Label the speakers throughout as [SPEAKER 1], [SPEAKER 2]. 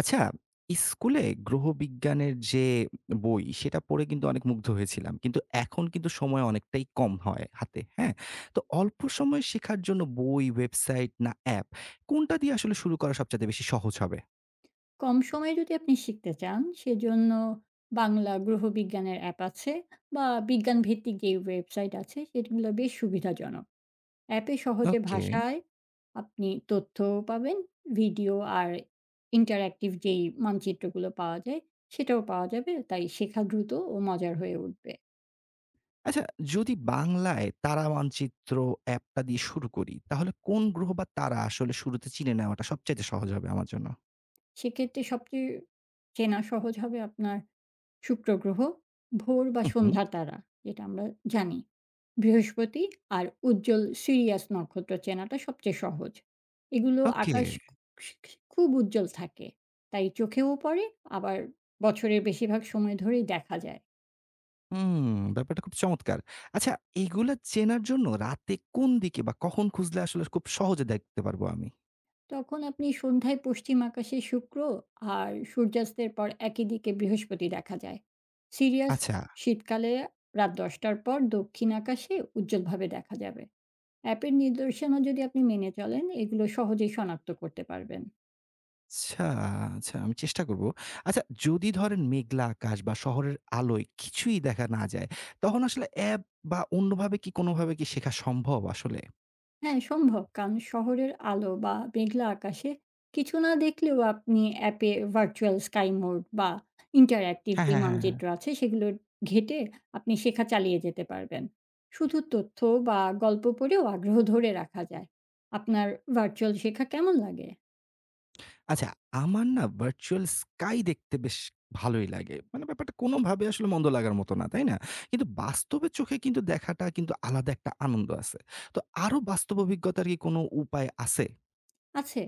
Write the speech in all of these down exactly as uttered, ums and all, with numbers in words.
[SPEAKER 1] আচ্ছা, স্কুলে গ্রহবিজ্ঞানের যে বই, সেটা পড়ে কিন্তু অনেক মুগ্ধ হয়েছিলাম। কিন্তু এখন কিন্তু সময় অনেকটাই কম হয় হাতে, হ্যাঁ? তো অল্প সময়ে শেখার জন্য বই, ওয়েবসাইট না অ্যাপ, কোনটা দিয়ে আসলে শুরু করা সবচাইতে বেশি সহজ হবে?
[SPEAKER 2] কম সময়ে যদি আপনি শিখতে চান সেজন্য বাংলা গ্রহবিজ্ঞানের অ্যাপ আছে বা বিজ্ঞান ভিত্তিক যে ওয়েবসাইট আছে সেগুলো বেশ সুবিধাজনক। অ্যাপে সহজে
[SPEAKER 1] ওকে।
[SPEAKER 2] ভাষায় আপনি তথ্যও পাবেন, ভিডিও আর ইন্টারেক্টিভ যেই মানচিত্রগুলো পাওয়া যায় সেটাও পাওয়া যাবে। তাই শেখা দ্রুত ও মজার হয়ে উঠবে।
[SPEAKER 1] আচ্ছা, যদি বাংলায় তারা মানচিত্র অ্যাপটা দিয়ে শুরু করি, তাহলে কোন গ্রহ বা তারা আসলে শুরুতে চিনে নেওয়াটা সবচাইতে সহজ হবে আমার জন্য?
[SPEAKER 2] সেক্ষেত্রে সবচেয়ে চেনা সহজ হবে আপনার শুক্র গ্রহ, ভোর বা
[SPEAKER 1] হু, হু।
[SPEAKER 2] সন্ধ্যার তারা, যেটা আমরা জানি। বৃহস্পতি আর উজ্জ্বল সিরিয়াস নক্ষত্র চেনাটা সবচেয়ে সহজ। এগুলো
[SPEAKER 1] ওকে।
[SPEAKER 2] আকাশ খুব উজ্জ্বল থাকে। তাই চোখেও পড়ে আবার বছরের বেশিরভাগ সময় ধরেই দেখা যায়।
[SPEAKER 1] হুম, ব্যাপারটা খুব চমৎকার। আচ্ছা, এগুলা চেনার জন্য রাতে কোন দিকে বা কখন খুঁজলে আসলে খুব সহজে দেখতে পারবো আমি?
[SPEAKER 2] তখন আপনি সন্ধ্যায় পশ্চিম আকাশে শুক্র আর সূর্যাস্তের পর একই দিকে বৃহস্পতি দেখা যায়। সিরিয়াস
[SPEAKER 1] আচ্ছা,
[SPEAKER 2] শীতকালে রাত দশ টার পর দক্ষিণ আকাশে উজ্জ্বলভাবে দেখা যাবে। অ্যাপের নির্দেশনা যদি আপনি মেনে চলেন, এগুলো সহজেই শনাক্ত করতে পারবেন।
[SPEAKER 1] আচ্ছা, আচ্ছা আমি চেষ্টা করব। আচ্ছা, যদি ধরেন মেঘলা আকাশ বা শহরের আলোয় কিছুই দেখা না যায়, তখন আসলে অ্যাপ বা অন্যভাবে কি কোনোভাবে কি শেখা সম্ভব আসলে?
[SPEAKER 2] হ্যাঁ, সম্ভব। কারণ শহরের আলো বা মেঘলা আকাশে কিছু না দেখলেও আপনি অ্যাপে ভার্চুয়াল স্কাই মোড বা ইন্টারঅ্যাক্টিভ
[SPEAKER 1] হ্যাঁ,
[SPEAKER 2] যে
[SPEAKER 1] হ্যাঁ, হ্যাঁ।
[SPEAKER 2] মানচিত্র আছে, সেগুলো ঘেঁটে আপনি শেখা চালিয়ে যেতে পারবেন। শুধু তথ্য বা গল্প পড়েও আগ্রহ ধরে রাখা যায়। আপনার ভার্চুয়াল শেখা কেমন লাগে?
[SPEAKER 1] আচ্ছা, আমার না ভার্চুয়াল স্কাই দেখতে বেশ ভালোই লাগে। মানে ব্যাপারটা কোনোভাবে আসলে মন্দ লাগার মতো না, তাই না? কিন্তু বাস্তবে চোখে কিন্তু দেখাটা কিন্তু আলাদা একটা আনন্দ আছে। তো আরো বাস্তব অভিজ্ঞতার কি কোনো উপায় আছে?
[SPEAKER 2] আছে।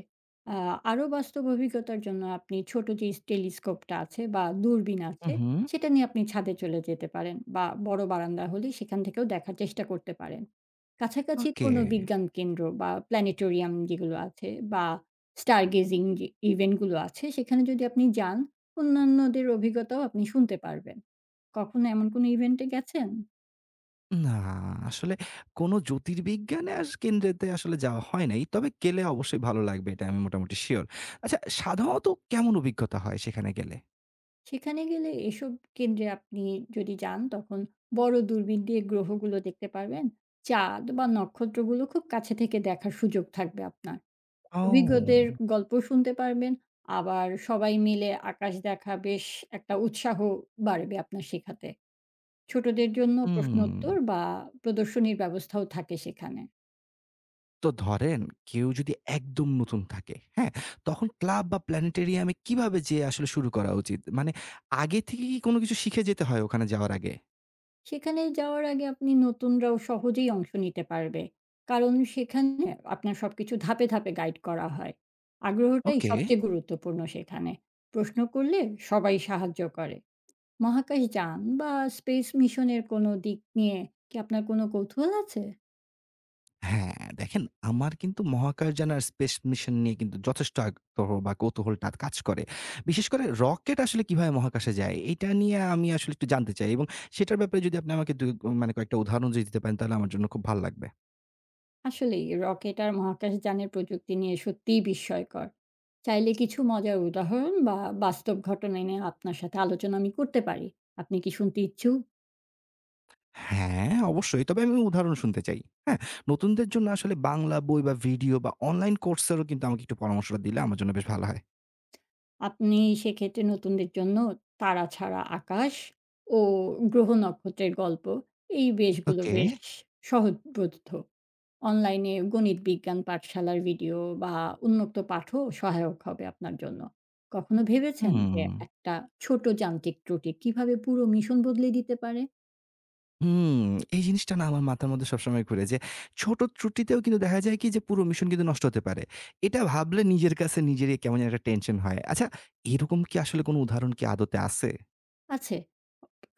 [SPEAKER 2] আ আরো বাস্তব অভিজ্ঞতার জন্য আপনি ছোট যে টেলিস্কোপটা আছে বা দূরবীন হুম।
[SPEAKER 1] হু,
[SPEAKER 2] আছে,
[SPEAKER 1] হু।
[SPEAKER 2] সেটা নিয়ে আপনি ছাদে চলে যেতে পারেন বা বড় বারান্দা হলে সেখান থেকেও দেখার চেষ্টা করতে পারেন। কাছাকাছি
[SPEAKER 1] ওকে।
[SPEAKER 2] কোনো বিজ্ঞান কেন্দ্র বা প্ল্যানেটোরিয়াম যেগুলো আছে বা স্টার গেজিং যে ইভেন্ট গুলো আছে, সেখানে যদি আপনি যান, অন্যান্যদের অভিজ্ঞতাও আপনি শুনতে পারবেন। কখনো এমন কোনো ইভেন্টে গেছেন?
[SPEAKER 1] না, আসলে কোনো জ্যোতির্বিজ্ঞানে আস কেন্দ্রেতে আসলে যাওয়া হয় নাই। তবে গেলে অবশ্যই ভালো লাগবে, এটা আমি মোটামুটি শিওর। আচ্ছা, সাধারণত কেমন অভিজ্ঞতা হয় সেখানে গেলে?
[SPEAKER 2] সেখানে গেলে এসব কেন্দ্রে আপনি যদি যান তখন বড় দূরবীন দিয়ে গ্রহগুলো দেখতে পারবেন। চাঁদ বা নক্ষত্রগুলো খুব কাছে থেকে দেখার সুযোগ থাকবে আপনার। অভিজ্ঞদের
[SPEAKER 1] ও!
[SPEAKER 2] গল্প শুনতে পারবেন, আবার সবাই মিলে আকাশ দেখা বেশ একটা উৎসাহ বাড়বে আপনার শেখাতে। ছোটদের জন্য
[SPEAKER 1] হুম।
[SPEAKER 2] প্রশ্নোত্তর বা প্রদর্শনীর ব্যবস্থাও থাকে সেখানে।
[SPEAKER 1] তো ধরেন কেউ যদি একদম নতুন থাকে, হ্যাঁ? তখন ক্লাব বা প্ল্যানেটেরিয়াম এ কিভাবে যেয়ে আসলে শুরু করা উচিত? মানে আগে থেকে কি কোনো কিছু শিখে যেতে হয় ওখানে যাওয়ার আগে?
[SPEAKER 2] সেখানে যাওয়ার আগে আপনি নতুনরাও সহজেই অংশ নিতে পারবে। কারণ সেখানে আপনার সবকিছু ধাপে, ধাপে গাইড করা হয়। আগ্রহটাই
[SPEAKER 1] ওকে।
[SPEAKER 2] সবচেয়ে গুরুত্বপূর্ণ সেখানে। প্রশ্ন করলে সবাই সাহায্য করে। মহাকাশ যান বা স্পেস মিশনের কোনো দিক নিয়ে কি আপনার কোনো কৌতূহল আছে?
[SPEAKER 1] হ্যাঁ, দেখেন, আমার কিন্তু মহাকাশযান আর স্পেস মিশন নিয়ে কিন্তু যথেষ্ট আগ্রহ বা কৌতূহলটা কাজ করে। বিশেষ করে রকেট আসলে কিভাবে মহাকাশে যায় এটা নিয়ে আমি আসলে একটু জানতে চাই, এবং সেটার ব্যাপারে যদি আপনি আমাকে দু মানে কয়েকটা উদাহরণ যদি দিতে পারেন, তাহলে আমার জন্য খুব ভাল লাগবে।
[SPEAKER 2] আসলেই রকেট আর মহাকাশ যানের প্রযুক্তি নিয়ে সত্যিই বিস্ময়কর। চাইলে কিছু মজার উদাহরণ বা বাস্তব ঘটনা নিয়ে আপনার সাথে আলোচনা আমি করতে পারি। আপনি কি শুনতে ইচ্ছুক?
[SPEAKER 1] হ্যাঁ, অবশ্যই। তবে আমি উদাহরণ শুনতে চাই। হ্যাঁ? নতুনদের জন্য আসলে বাংলা বই বা ভিডিও বা অনলাইন কোর্সেরও কিন্তু আমাকে একটু পরামর্শটা দিলে আমার জন্য বেশ ভালো হয়।
[SPEAKER 2] আপনি সেক্ষেত্রে নতুনদের জন্য তারা ছাড়া আকাশ ও গ্রহ নক্ষত্রের গল্প এই বেশগুলো
[SPEAKER 1] ওকে।
[SPEAKER 2] বেশ সহজবোধ্য। অনলাইনে গণিত বিজ্ঞান পাঠশালার ভিডিও বা উন্মুক্ত পাঠও সহায়ক হবে আপনার জন্য। কখনো ভেবেছেন যে
[SPEAKER 1] হুম,
[SPEAKER 2] একটা ছোট যান্ত্রিক ত্রুটি কিভাবে পুরো মিশন বদলে দিতে পারে?
[SPEAKER 1] হুম। এই জিনিসটা না আমার মাথার মধ্যে সবসময় ঘুরে, যে ছোট ত্রুটিতেও কিন্তু দেখা যায় কি যে পুরো মিশন কিন্তু নষ্ট হতে পারে। এটা ভাবলে নিজের কাছে নিজেরই কেমন যেন একটা টেনশন হয়। আচ্ছা, এরকম কি আসলে কোনো উদাহরণ কি আদতে আছে?
[SPEAKER 2] আছে?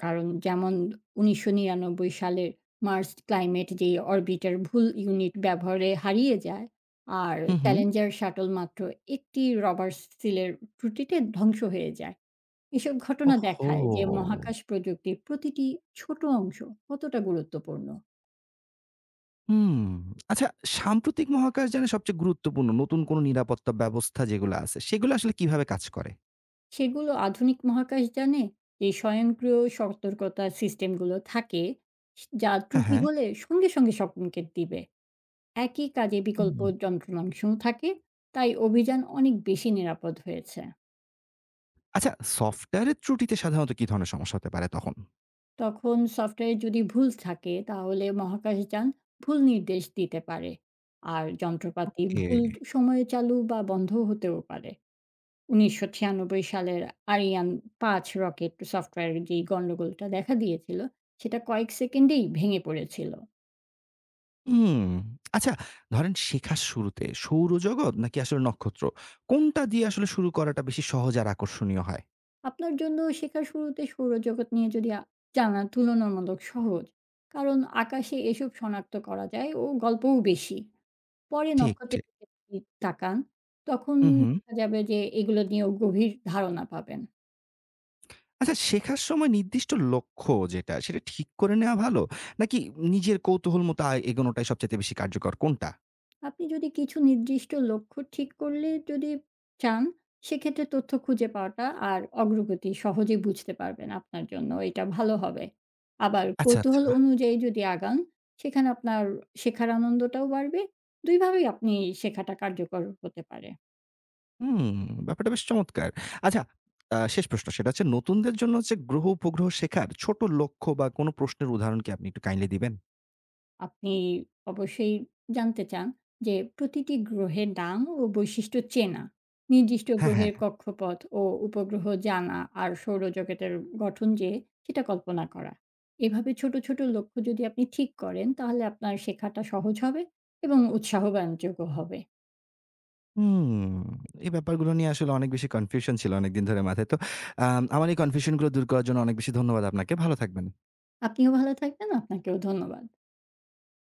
[SPEAKER 2] কারণ যেমন উনিশশো নিরানব্বই সালের মার্স ক্লাইমেট যেই অরবিটার ভুল ইউনিট ব্যবহারে হারিয়ে যায়, আর
[SPEAKER 1] হু, হু।
[SPEAKER 2] চ্যালেঞ্জার শাটল মাত্র একটি রবার সিলের ত্রুটিতে ধ্বংস হয়ে যায়। এসব ঘটনা
[SPEAKER 1] ওহহো!
[SPEAKER 2] দেখায় যে মহাকাশ প্রযুক্তির প্রতিটি ছোট অংশ কতটা গুরুত্বপূর্ণ।
[SPEAKER 1] হুম। আচ্ছা, সাম্প্রতিক মহাকাশযানে সবচেয়ে গুরুত্বপূর্ণ নতুন কোনো নিরাপত্তা ব্যবস্থা যেগুলো আছে, সেগুলো আসলে কিভাবে কাজ করে?
[SPEAKER 2] সেগুলো আধুনিক মহাকাশ জানে যে স্বয়ংক্রিয় সতর্কতা সিস্টেমগুলো থাকে, যা
[SPEAKER 1] হ্যাঁ,
[SPEAKER 2] ত্রুটি
[SPEAKER 1] হ্যাঁ।
[SPEAKER 2] হলে সঙ্গে, সঙ্গে সংকেত দিবে। একই কাজে বিকল্প
[SPEAKER 1] হুম।
[SPEAKER 2] যন্ত্রাংশও থাকে, তাই অভিযান অনেক বেশি নিরাপদ হয়েছে।
[SPEAKER 1] আচ্ছা, সফটওয়্যারের ত্রুটিতে সাধারণত কি ধরনের সমস্যা হতে পারে তখন?
[SPEAKER 2] তখন সফটওয়্যারে যদি ভুল থাকে তাহলে মহাকাশযান ভুল নির্দেশ দিতে পারে, আর যন্ত্রপাতি
[SPEAKER 1] ওকে।
[SPEAKER 2] ভুল সময়ে চালু বা বন্ধ হতেও পারে। উনিশশো ছিয়ানব্বই সালের আরিয়ান পাঁচ রকেট সফটওয়্যারের যেই গণ্ডগোলটা দেখা দিয়েছিল, সেটা কয়েক সেকেন্ডেই ভেঙে পড়েছিল।
[SPEAKER 1] হুম। আচ্ছা, ধরেন শেখার শুরুতে সৌরজগৎ নাকি আসলে নক্ষত্র, কোনটা দিয়ে আসলে শুরু করাটা বেশি সহজ আর আকর্ষণীয় হয়?
[SPEAKER 2] আপনার জন্য শেখার শুরুতে সৌরজগৎ নিয়ে যদি আ জানা তুলনামূলক সহজ। কারণ আকাশে এসব শনাক্ত করা যায় ও গল্পও বেশি। পরে
[SPEAKER 1] ঠিক,
[SPEAKER 2] নক্ষত্রের
[SPEAKER 1] ঠিক।
[SPEAKER 2] দিকে যদি তাকান, তখন
[SPEAKER 1] হুম, হুম।
[SPEAKER 2] দেখা যাবে যে এগুলো নিয়েও গভীর ধারণা পাবেন।
[SPEAKER 1] আচ্ছা, শেখার সময় নির্দিষ্ট লক্ষ্য যেটা, সেটা ঠিক করে নেওয়া ভালো? নাকি নিজের কৌতূহল মতো আ এগোনোটাই সবচাইতে বেশি কার্যকর কোনটা?
[SPEAKER 2] আপনি যদি কিছু নির্দিষ্ট লক্ষ্য ঠিক করলে যদি চান, সেক্ষেত্রে তথ্য খুঁজে পাওয়াটা আর অগ্রগতি সহজে বুঝতে পারবেন আপনার জন্য। এটা ভালো হবে। আবার
[SPEAKER 1] আচ্ছা, আচ্ছা।
[SPEAKER 2] কৌতূহল অনুযায়ী যদি আগান, সেখানে আপনার শেখার আনন্দটাও বাড়বে। দুই ভাবেই আপনি শেখাটা কার্যকর হতে পারে।
[SPEAKER 1] হুম, ব্যাপারটা বেশ চমৎকার। আচ্ছা, আ শেষ প্রশ্ন সেটা হচ্ছে নতুনদের জন্য হচ্ছে গ্রহ-উপগ্রহ শেখার ছোট লক্ষ্য বা কোনো প্রশ্নের উদাহরণ কি আপনি একটু কাইন্ডলি দিবেন?
[SPEAKER 2] আপনি অবশ্যই জানতে চান যে প্রতিটি গ্রহের নাম ও বৈশিষ্ট্য চেনা, নির্দিষ্ট
[SPEAKER 1] হ্যাঁ,
[SPEAKER 2] গ্রহের
[SPEAKER 1] হ্যাঁ।
[SPEAKER 2] কক্ষপথ ও উপগ্রহ জানা আর সৌরজগতের গঠন যে সেটা কল্পনা করা। এভাবে ছোট ছোট লক্ষ্য যদি আপনি ঠিক করেন তাহলে আপনার শেখাটা সহজ হবে এবং উৎসাহ ব্যঞ্জকও হবে।
[SPEAKER 1] হুম, এই ব্যাপারগুলো নিয়ে আসলে অনেক বেশি কনফিউশন ছিল অনেকদিন ধরে মাথায়। তো আম আমার এই কনফিউশন গুলো দূর করার জন্য অনেক বেশি ধন্যবাদ আপনাকে। ভালো থাকবেন।
[SPEAKER 2] আপনিও ভালো থাকবেন, আপনাকেও ধন্যবাদ।